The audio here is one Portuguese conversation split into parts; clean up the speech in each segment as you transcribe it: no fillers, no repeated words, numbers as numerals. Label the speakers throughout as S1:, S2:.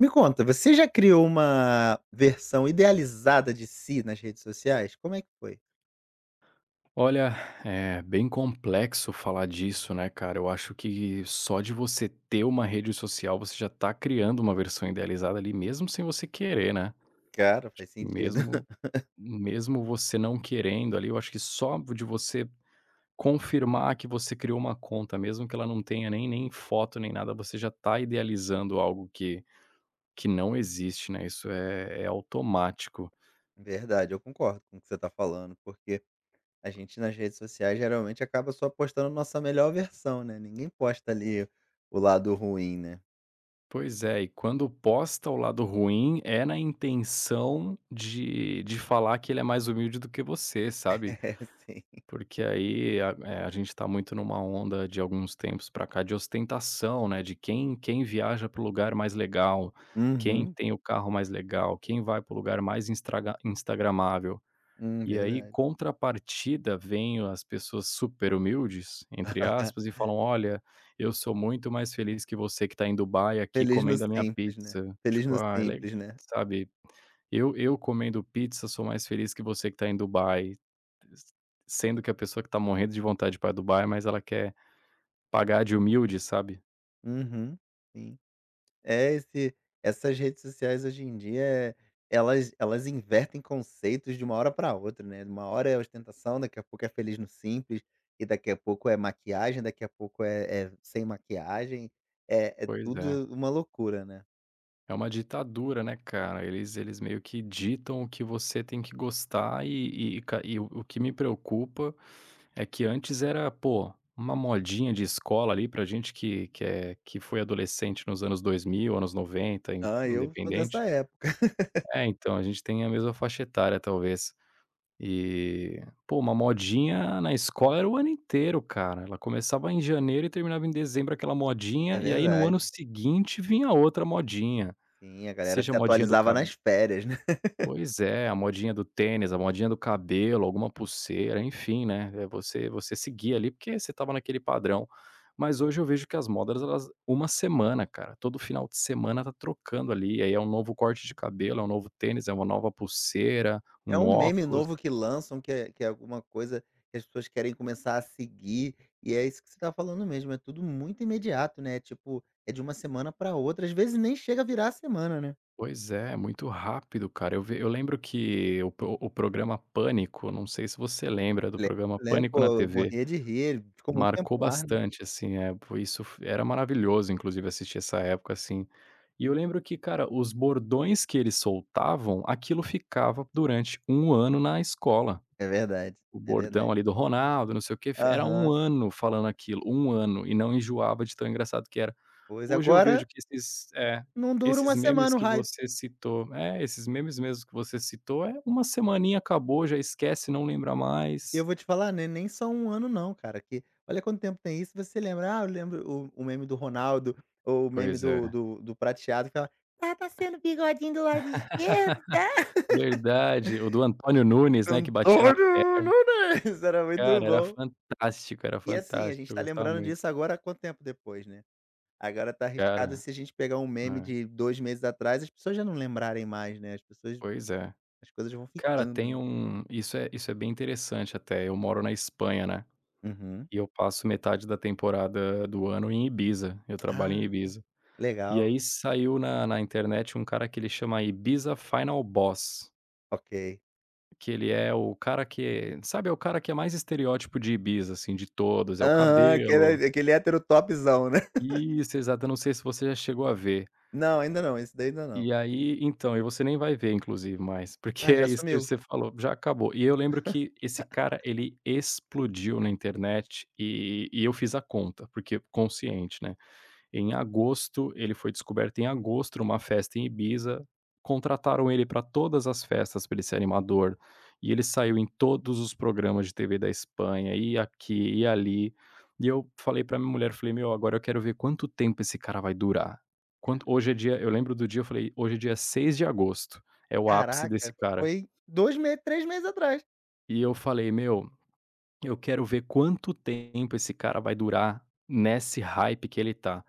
S1: Me conta, você já criou uma versão idealizada de si nas redes sociais? Como é que foi?
S2: Olha, é bem complexo falar disso, né, cara? Eu acho que só de você ter uma rede social, você já tá criando uma versão idealizada ali, mesmo sem você querer, né?
S1: Cara, faz sentido.
S2: Mesmo, mesmo você não querendo ali, eu acho que só de você confirmar que você criou uma conta, mesmo que ela não tenha nem foto nem nada, você já tá idealizando algo que não existe, né? Isso é automático.
S1: Verdade, eu concordo com o que você tá falando, porque a gente nas redes sociais geralmente acaba só postando nossa melhor versão, né, ninguém posta ali o lado ruim, né.
S2: Pois é, e quando posta o lado ruim, é na intenção de falar que ele é mais humilde do que você, sabe.
S1: É, sim.
S2: Porque aí a gente tá muito numa onda de alguns tempos pra cá de ostentação, né, de quem viaja pro lugar mais legal, quem
S1: Uhum.
S2: tem o carro mais legal, quem vai pro lugar mais instraga instagramável. E aí,
S1: Verdade.
S2: contrapartida, vêm as pessoas super humildes, entre aspas, e falam: "Olha, eu sou muito mais feliz que você que tá em Dubai aqui
S1: Feliz no
S2: comendo a minha
S1: simples, né.
S2: pizza."
S1: Feliz
S2: Tipo,
S1: no
S2: ah, é le
S1: simples, né.
S2: sabe, eu comendo pizza sou mais feliz que você que tá em Dubai, sendo que a pessoa que tá morrendo de vontade para Dubai, mas ela quer pagar de humilde, sabe?
S1: Uhum, sim. É esse essas redes sociais hoje em dia, elas invertem conceitos de uma hora para outra, né. Uma hora é ostentação, daqui a pouco é feliz no simples, e daqui a pouco é maquiagem, daqui a pouco é sem maquiagem. É
S2: Pois é.
S1: tudo uma loucura, né.
S2: É uma ditadura, né, cara. Eles meio que ditam o que você tem que gostar e o que me preocupa é que antes era, pô, uma modinha de escola ali pra gente que é que foi adolescente nos anos 2000, anos 90, in
S1: Ah, eu sou
S2: independente.
S1: dessa época.
S2: É, então, a gente tem a mesma faixa etária, talvez. E, pô, uma modinha na escola era o ano inteiro, cara. Ela começava em janeiro e terminava em dezembro, aquela
S1: É
S2: modinha, e aí no ano
S1: verdade.
S2: seguinte vinha outra modinha.
S1: Sim, a galera se
S2: Seja modinha do
S1: atualizava
S2: cabelo.
S1: nas férias.
S2: Pois é, a modinha do tênis, a modinha do cabelo, alguma pulseira, enfim, né, você seguia ali, porque você estava naquele padrão. Mas hoje eu vejo que as modas elas uma semana, cara, todo final de semana tá trocando ali, aí é um novo corte de cabelo, é um novo tênis, é uma nova pulseira,
S1: É
S2: um
S1: um meme
S2: óculos.
S1: novo que lançam, que é alguma coisa que as pessoas querem começar a seguir, e é isso que você tá falando mesmo, é tudo muito imediato, né, tipo, é de uma semana para outra, às vezes nem chega a virar a semana, né.
S2: Pois é, muito rápido, cara. Eu lembro que o programa Pânico, não sei se você lembra do
S1: Lembro,
S2: programa
S1: lembro.
S2: Pânico na
S1: Pô, eu
S2: TV.
S1: morria de rir, ficou muito tempo
S2: Marcou
S1: no ar, né.
S2: bastante, assim, é, po isso f era maravilhoso, inclusive, assistir essa época, assim. E eu lembro que, cara, os bordões que eles soltavam, aquilo ficava durante um ano na escola.
S1: É verdade,
S2: O
S1: é
S2: bordão
S1: verdade.
S2: ali do Ronaldo, não sei o quê, f era um
S1: Aham.
S2: ano falando aquilo, um ano, e não enjoava de tão engraçado que era.
S1: Pois,
S2: Hoje eu
S1: agora
S2: vejo que esses é,
S1: não dura
S2: esses
S1: uma
S2: memes
S1: semana o
S2: que
S1: hype.
S2: você citou é, esses memes mesmo que você citou, é uma semaninha, acabou, já esquece, não lembra
S1: E eu
S2: mais.
S1: vou te falar, né, nem só um ano não, cara, que olha quanto tempo tem isso, você lembra: "Ah, eu lembro o meme do Ronaldo ou o meme
S2: Pois
S1: do
S2: é.
S1: do do prateado que fala: 'Tá passando o bigodinho do lado esquerdo, tá?'"
S2: Verdade, o do Antônio Nunes, né, que batia na
S1: Antônio Nunes, era muito
S2: cara,
S1: bom.
S2: era
S1: E assim, a
S2: fantástico,
S1: gente
S2: eu
S1: tá
S2: gostava
S1: lembrando
S2: muito.
S1: disso agora quanto tempo depois, né. Agora tá arriscado
S2: Cara,
S1: se a gente pegar um meme
S2: é,
S1: de 2 meses atrás, as pessoas já não lembrarem mais, né,
S2: pois é.
S1: as coisas vão
S2: Cara,
S1: ficando,
S2: tem
S1: né.
S2: um isso é bem interessante até, eu moro na Espanha, né,
S1: Uhum.
S2: e eu passo metade da temporada do ano em Ibiza, eu trabalho em
S1: Ah,
S2: Ibiza. E
S1: legal,
S2: aí saiu na internet um cara que ele chama Ibiza Final Boss,
S1: ok.
S2: que ele é o cara que sabe, é o cara que é mais estereótipo de Ibiza, assim, de todos, é o
S1: Aham,
S2: cabelo.
S1: aquele hétero topzão, né.
S2: Isso, exato, eu não sei se você já chegou a ver.
S1: Não, ainda não, esse daí ainda não.
S2: E aí então, e você nem vai ver inclusive mais, porque
S1: Ah,
S2: é
S1: já
S2: isso que
S1: sumiu.
S2: você falou, já acabou. E eu lembro que esse cara ele explodiu na internet e eu fiz a conta, porque consciente, né. Em agosto, ele foi descoberto em agosto numa festa em Ibiza, contrataram ele para todas as festas para ele ser animador, e ele saiu em todos os programas de TV da Espanha, e aqui e ali. E eu falei para minha mulher, falei: "Meu, agora eu quero ver quanto tempo esse cara vai durar." Quanto hoje é dia Eu lembro do dia, eu falei: "Hoje é dia 6 de agosto, é o ápice desse
S1: Caraca,
S2: cara."
S1: foi 2 meses, 3 meses atrás.
S2: E eu falei: "Meu, eu quero ver quanto tempo esse cara vai durar nesse hype que ele tá."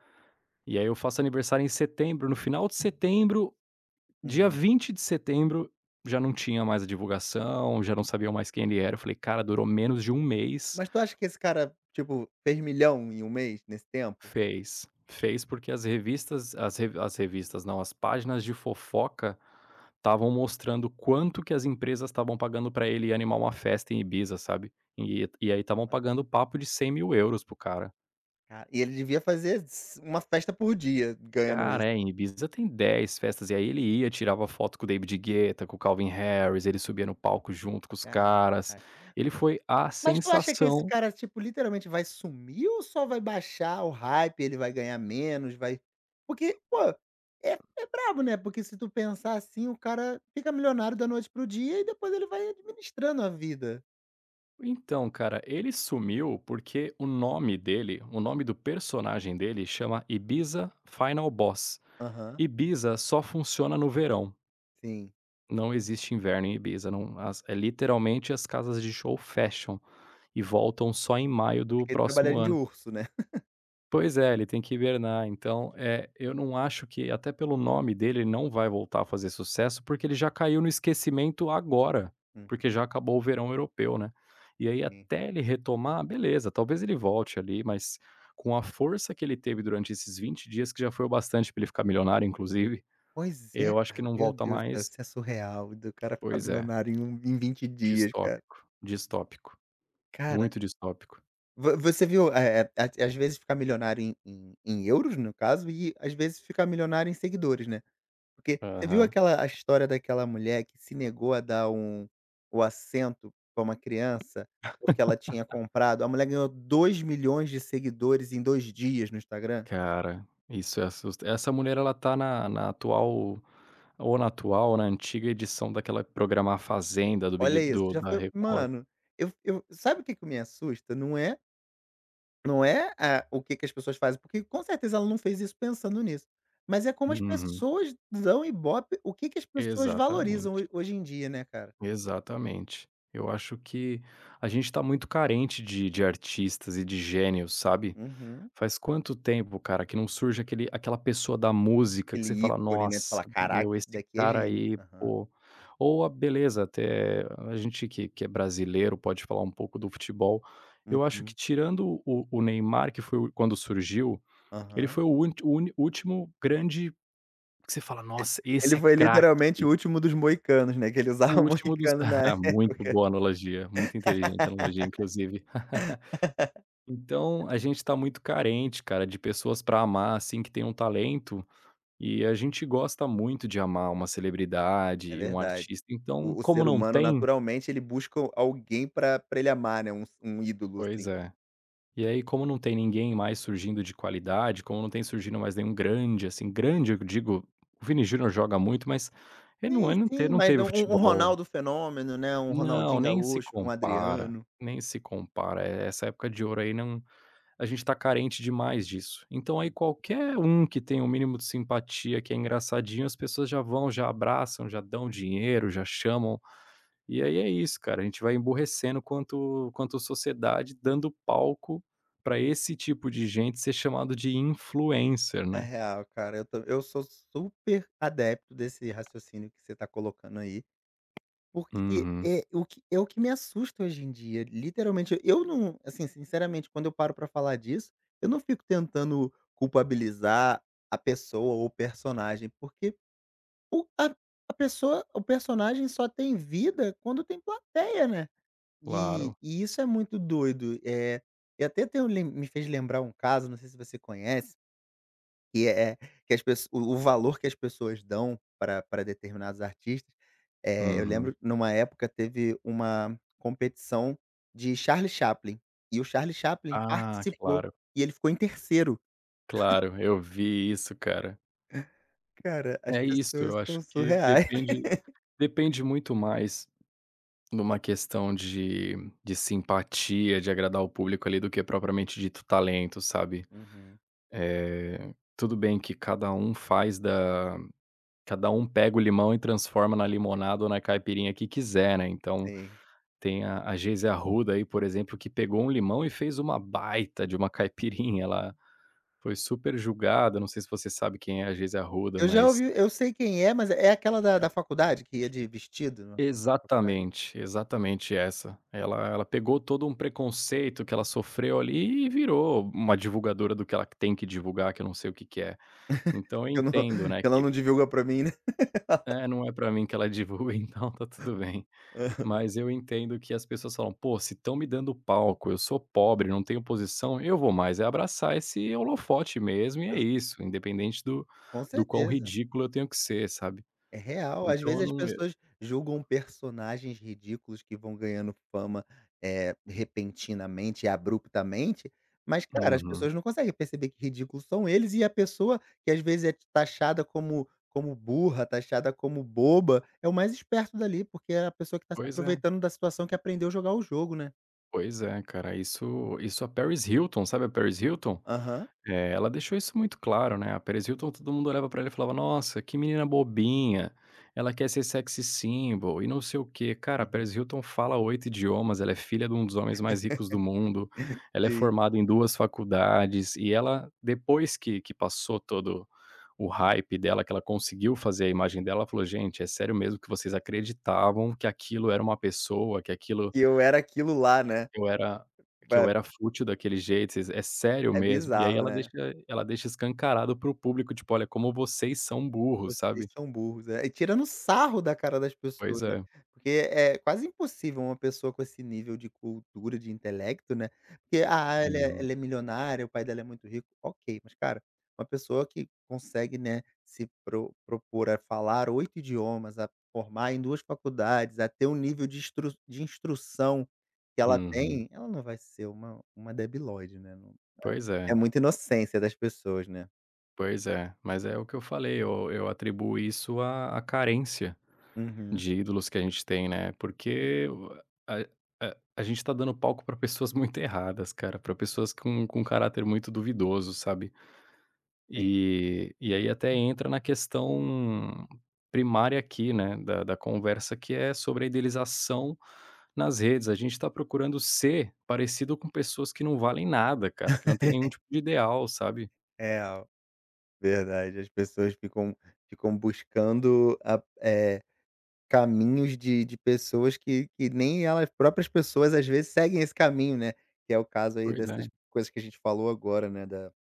S2: E aí eu faço aniversário em setembro, no final de setembro, dia
S1: Uhum.
S2: 20 de setembro, já não tinha mais a divulgação, já não sabiam mais quem ele era. Eu falei: "Cara, durou menos de um mês."
S1: Mas tu acha que esse cara, tipo, fez milhão em um mês, nesse tempo?
S2: Fez, fez porque as revistas as revistas não, as páginas de fofoca estavam mostrando quanto que as empresas estavam pagando pra ele animar uma festa em Ibiza, sabe. E aí estavam
S1: Olha.
S2: pagando papo de 100 mil euros pro cara.
S1: Cara, e ele devia fazer s uma festa por dia ganhando
S2: Cara,
S1: isso.
S2: é, em Ibiza tem 10 festas, e aí ele ia, tirava foto com o David Guetta, com o Calvin Harris, ele subia no palco junto com os caras.
S1: Caraca.
S2: Ele foi a
S1: Mas tu acha que esse
S2: sensação.
S1: cara, tipo, literalmente vai sumir ou só vai baixar o hype, ele vai ganhar menos, vai porque, pô, é é brabo, né, porque se tu pensar assim, o cara fica milionário da noite para o dia e depois ele vai administrando a vida.
S2: Então, cara, ele sumiu porque o nome dele, o nome do personagem dele chama Ibiza Final Boss.
S1: Aham.
S2: Ibiza só funciona no verão.
S1: Sim.
S2: Não existe inverno em Ibiza, não, é literalmente as casas de show fecham e
S1: Hum.
S2: voltam só em maio do
S1: Aquele
S2: próximo
S1: trabalhadinho de
S2: ano.
S1: urso, né.
S2: Pois é, ele tem que hibernar, então, eu não acho que até pelo nome dele, ele não vai voltar a fazer sucesso, porque ele já caiu no esquecimento agora,
S1: Hum,
S2: porque já acabou o verão europeu, né. E aí
S1: sim.
S2: até ele retomar, beleza, talvez ele volte ali, mas com a força que ele teve durante esses 20 dias, que já foi o bastante para ele ficar milionário inclusive,
S1: Pois é,
S2: eu acho que
S1: cara.
S2: não
S1: Meu
S2: volta
S1: Deus do céu,
S2: mais.
S1: isso é surreal, do cara ficar
S2: Pois é,
S1: milionário em 20 dias, cara.
S2: distópico, distópico,
S1: Cara,
S2: muito distópico.
S1: vo você viu, é, a às vezes ficar milionário em euros, no caso, e às vezes ficar milionário em seguidores, né. Porque você viu
S2: Aham.
S1: aquela a história daquela mulher que se negou a dar o assento pra uma criança, porque ela tinha comprado, a mulher ganhou 2 milhões de seguidores em 2 dias no Instagram?
S2: Cara, isso é assust essa mulher ela tá na atual. Ou na atual, ou na antiga edição daquela Programar Fazenda do Big
S1: Olha isso,
S2: do
S1: já
S2: da
S1: foi
S2: Record.
S1: mano, eu sabe o que que me assusta? Não é a o que que as pessoas fazem, porque com certeza ela não fez isso pensando nisso, mas é como as
S2: Uhum.
S1: pessoas dão ibope, o que que as pessoas valorizam
S2: Exatamente,
S1: ho hoje em dia, né, cara.
S2: exatamente. Eu acho que a gente tá muito carente de artistas e de gênios, sabe.
S1: Uhum.
S2: Faz quanto tempo, cara, que não surge aquele aquela pessoa da música que
S1: Aquele
S2: você fala:
S1: ícone, né, tu
S2: "Nossa,
S1: fala: "Caraca,
S2: meu,
S1: esse
S2: esse
S1: daqui é
S2: cara
S1: gênio".
S2: aí,
S1: Aham.
S2: pô." Ou a beleza, até a gente que é brasileiro pode falar um pouco do futebol. Eu acho que
S1: Uhum.
S2: tirando o Neymar, que foi o quando surgiu. Ele
S1: Aham.
S2: foi o ún o uni último grande que você fala: "Nossa, esse
S1: Ele
S2: é
S1: foi
S2: craque."
S1: literalmente o último dos moicanos, né, que ele
S2: O
S1: usava
S2: último dos.
S1: moicano na
S2: Ah,
S1: época.
S2: muito boa analogia, muito inteligente a analogia, inclusive. Então, a gente tá muito carente, cara, de pessoas pra amar, assim, que tem um talento, e a gente gosta muito de amar uma celebridade
S1: É
S2: e um
S1: verdade.
S2: artista, então
S1: O
S2: como
S1: ser
S2: não
S1: humano
S2: tem.
S1: naturalmente ele busca alguém pra ele amar, né, um ídolo,
S2: Pois
S1: assim.
S2: é. E aí, como não tem ninguém mais surgindo de qualidade, como não tem surgindo mais nenhum grande, assim, grande, eu digo, o Vini Júnior joga muito, mas
S1: Sim,
S2: ele não, te,
S1: sim,
S2: não
S1: mas um
S2: teve
S1: um um
S2: futebol.
S1: Ronaldo fenômeno, né, um
S2: Não,
S1: Ronaldinho
S2: nem se
S1: Gaúcho, um
S2: compara,
S1: Adriano.
S2: nem se compara. Essa época de ouro aí não. A gente tá carente demais disso. Então aí qualquer um que tem o mínimo de simpatia, que é engraçadinho, as pessoas já vão, já abraçam, já dão dinheiro, já chamam. E aí é isso, cara, a gente vai emburrecendo quanto sociedade, dando palco para esse tipo de gente ser chamado de influencer,
S1: É
S2: né.
S1: real, cara, eu sou super adepto desse raciocínio que você tá colocando aí. Porque
S2: Uhum,
S1: é o que me assusta hoje em dia, literalmente, eu não assim, sinceramente, quando eu paro pra falar disso, eu não fico tentando culpabilizar a pessoa ou o personagem, porque o a pessoa, o personagem só tem vida quando tem plateia, né. E
S2: claro.
S1: e isso é muito doido. É, e até tem um lem me fez lembrar um caso, não sei se você conhece, que é que as pesso o valor que as pessoas dão para pra determinados artistas. Eu
S2: Uhum.
S1: lembro, numa época, teve uma competição de Charlie Chaplin, e o Charlie Chaplin
S2: Ah,
S1: participou,
S2: claro,
S1: e ele ficou em terceiro.
S2: claro, eu vi isso, cara.
S1: Cara, as
S2: É isso,
S1: pessoas
S2: eu acho
S1: são
S2: que
S1: surreais.
S2: depende muito mais numa questão de simpatia, de agradar o público ali, do que propriamente dito talento, sabe.
S1: Uhum,
S2: Tudo bem que cada um faz da cada um pega o limão e transforma na limonada ou na caipirinha que quiser, né, então
S1: sim.
S2: tem a Geise Arruda aí, por exemplo, que pegou um limão e fez uma baita de uma caipirinha, ela foi super julgada, não sei se você sabe quem é a Geise Arruda,
S1: Eu já
S2: mas
S1: ouvi, eu sei quem é, mas é aquela da faculdade que ia de vestido na faculdade?
S2: exatamente, exatamente essa. Ela pegou todo um preconceito que ela sofreu ali e virou uma divulgadora do que ela tem que divulgar, que eu não sei o que que é. Então eu
S1: Que eu não
S2: entendo, né,
S1: que ela não divulga pra mim, né?
S2: não é pra mim que ela divulga, então tá tudo bem. Mas eu entendo que as pessoas falam: "Pô, se estão me dando palco, eu sou pobre, não tenho posição, eu vou mais é abraçar esse holofote mesmo e é
S1: Exa
S2: isso, independente do
S1: Com
S2: do quão
S1: certeza,
S2: ridículo eu tenho que ser", sabe.
S1: é real. Às
S2: Então
S1: vezes
S2: eu
S1: as
S2: não.
S1: pessoas julgam personagens ridículos que vão ganhando fama, repentinamente e abruptamente, mas cara, as
S2: Uhum.
S1: pessoas não conseguem perceber que ridículos são eles e a pessoa que às vezes é taxada como burra, taxada como boba, é o mais esperto dali, porque é a pessoa que tá se
S2: Pois é,
S1: aproveitando da situação que aprendeu a jogar o jogo, né?
S2: pois é, cara, isso a Paris Hilton, sabe a Paris Hilton?
S1: Aham.
S2: É, ela deixou isso muito claro, né, a Paris Hilton todo mundo olhava pra ela e falava: "Nossa, que menina bobinha, ela quer ser sexy symbol e não sei o quê." Cara, a
S1: Uhum.
S2: Paris Hilton fala 8 idiomas, ela é filha de um dos homens mais ricos do mundo, ela é
S1: Sim,
S2: formada em 2 faculdades e ela depois que passou todo o hype dela, que ela conseguiu fazer a imagem dela, ela falou: "Gente, é sério mesmo que vocês acreditavam que aquilo era uma pessoa,
S1: que eu era aquilo lá, né?
S2: eu era que eu
S1: Ba
S2: era fútil daquele jeito, vocês, é sério
S1: É
S2: mesmo?" E aí
S1: bizarro,
S2: ela deixa
S1: né?
S2: ela deixa escancarado para o público, tipo: "Olha, como vocês são burros",
S1: Vocês
S2: sabe.
S1: são burros, é. E tirando sarro da cara das pessoas,
S2: Pois
S1: né.
S2: é.
S1: Porque é quase impossível uma pessoa com esse nível de cultura, de intelecto, né, porque, ah, ela é
S2: Uhum.
S1: ela é milionária, o pai dela é muito rico, ok, mas cara, uma pessoa que consegue, né, se propor a falar 8 idiomas, a formar em 2 faculdades, a ter um nível de instrução que ela
S2: Uhum.
S1: tem, ela não vai ser uma debilóide, né, não
S2: Pois
S1: é
S2: é,
S1: muita inocência das pessoas, né.
S2: pois é. Mas é o que eu falei, eu atribuo isso à carência
S1: Uhum.
S2: de ídolos que a gente tem, né, porque o a a gente tá dando palco pra pessoas muito erradas, cara, pra pessoas com caráter muito duvidoso, sabe. E aí até entra na questão primária aqui, né, da conversa que é sobre a idealização nas redes. A gente está procurando ser parecido com pessoas que não valem nada, cara, que não tem nenhum tipo de ideal, sabe.
S1: É, verdade. As pessoas ficam buscando caminhos de pessoas que nem elas próprias pessoas, às vezes, seguem esse caminho, né, que é o caso aí
S2: Pois
S1: dessas
S2: é.
S1: coisas que a gente falou agora, né, da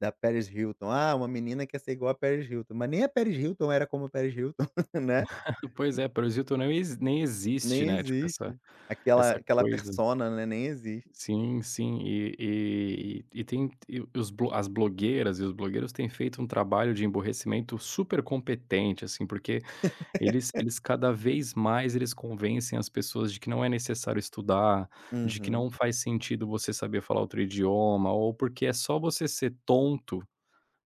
S1: da Paris Hilton. Ah, uma menina quer ser igual a Paris Hilton, mas nem a Paris Hilton era como a Paris Hilton, né.
S2: Pois é, parasita nem existe,
S1: Nem
S2: né, tipo essa
S1: existe. Aquela aquela
S2: coisa.
S1: persona, né, nem existe.
S2: Sim, sim. E tem e os blo as blogueiras e os blogueiros têm feito um trabalho de emborrecimento super competente, assim, porque eles cada vez mais eles convencem as pessoas de que não é necessário estudar, de que
S1: Uhum.
S2: não faz sentido você saber falar outro idioma, ou porque é só você ser tonto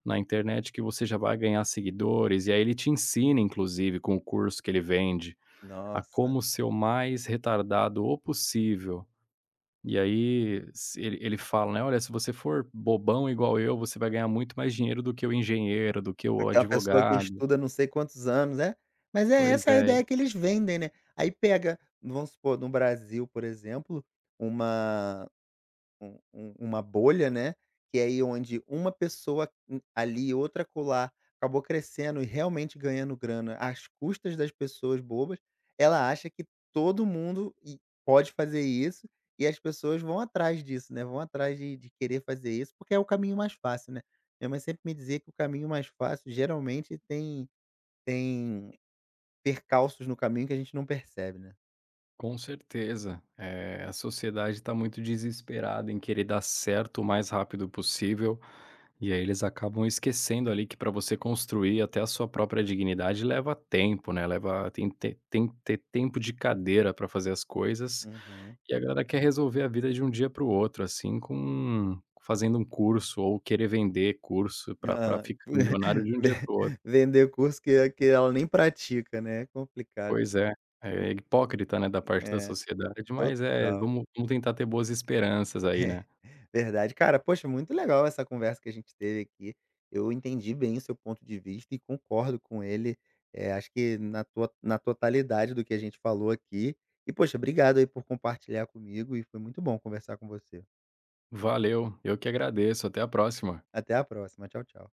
S2: na internet que você já vai ganhar seguidores, e aí ele te ensina inclusive com o curso que ele vende, a
S1: Nossa,
S2: como ser o mais retardado o possível. E aí se ele fala, né: "Olha, se você for bobão igual eu, você vai ganhar muito mais dinheiro do que o engenheiro, do que o
S1: porque é uma pessoa que
S2: advogado."
S1: estuda não sei quantos anos, né. Mas é
S2: Pois
S1: essa a
S2: é.
S1: ideia que eles vendem, né. Aí pega, vamos supor, no Brasil, por exemplo, uma um um uma bolha, né, que é aí onde uma pessoa ali, outra colar acabou crescendo e realmente ganhando grana às custas das pessoas bobas, ela acha que todo mundo pode fazer isso e as pessoas vão atrás disso, né, vão atrás de querer fazer isso, porque é o caminho mais fácil, né. Minha mãe sempre me dizia que o caminho mais fácil geralmente tem percalços no caminho que a gente não percebe, né.
S2: Com certeza. A sociedade está muito desesperada em querer dar certo o mais rápido possível, e aí eles acabam esquecendo ali que para você construir até a sua própria dignidade leva tempo, né, leva tem que ter tempo de cadeira para fazer as coisas,
S1: Uhum.
S2: e a galera quer resolver a vida de um dia para o outro, assim, com fazendo um curso ou querer vender curso para
S1: Hã,
S2: ficar milionário de um dia para o outro.
S1: vender curso que ela nem pratica, né, é complicado.
S2: Pois é, é hipócrita, né, da parte da
S1: É,
S2: sociedade, mas é,
S1: total.
S2: vamos tentar ter boas esperanças aí, né.
S1: Verdade. Cara, poxa, muito legal essa conversa que a gente teve aqui. Eu entendi bem o seu ponto de vista e concordo com ele, acho que na totalidade do que a gente falou aqui. E, poxa, obrigado aí por compartilhar comigo e foi muito bom conversar com você.
S2: Valeu, eu que agradeço, até a próxima.
S1: Até a próxima. Tchau, tchau.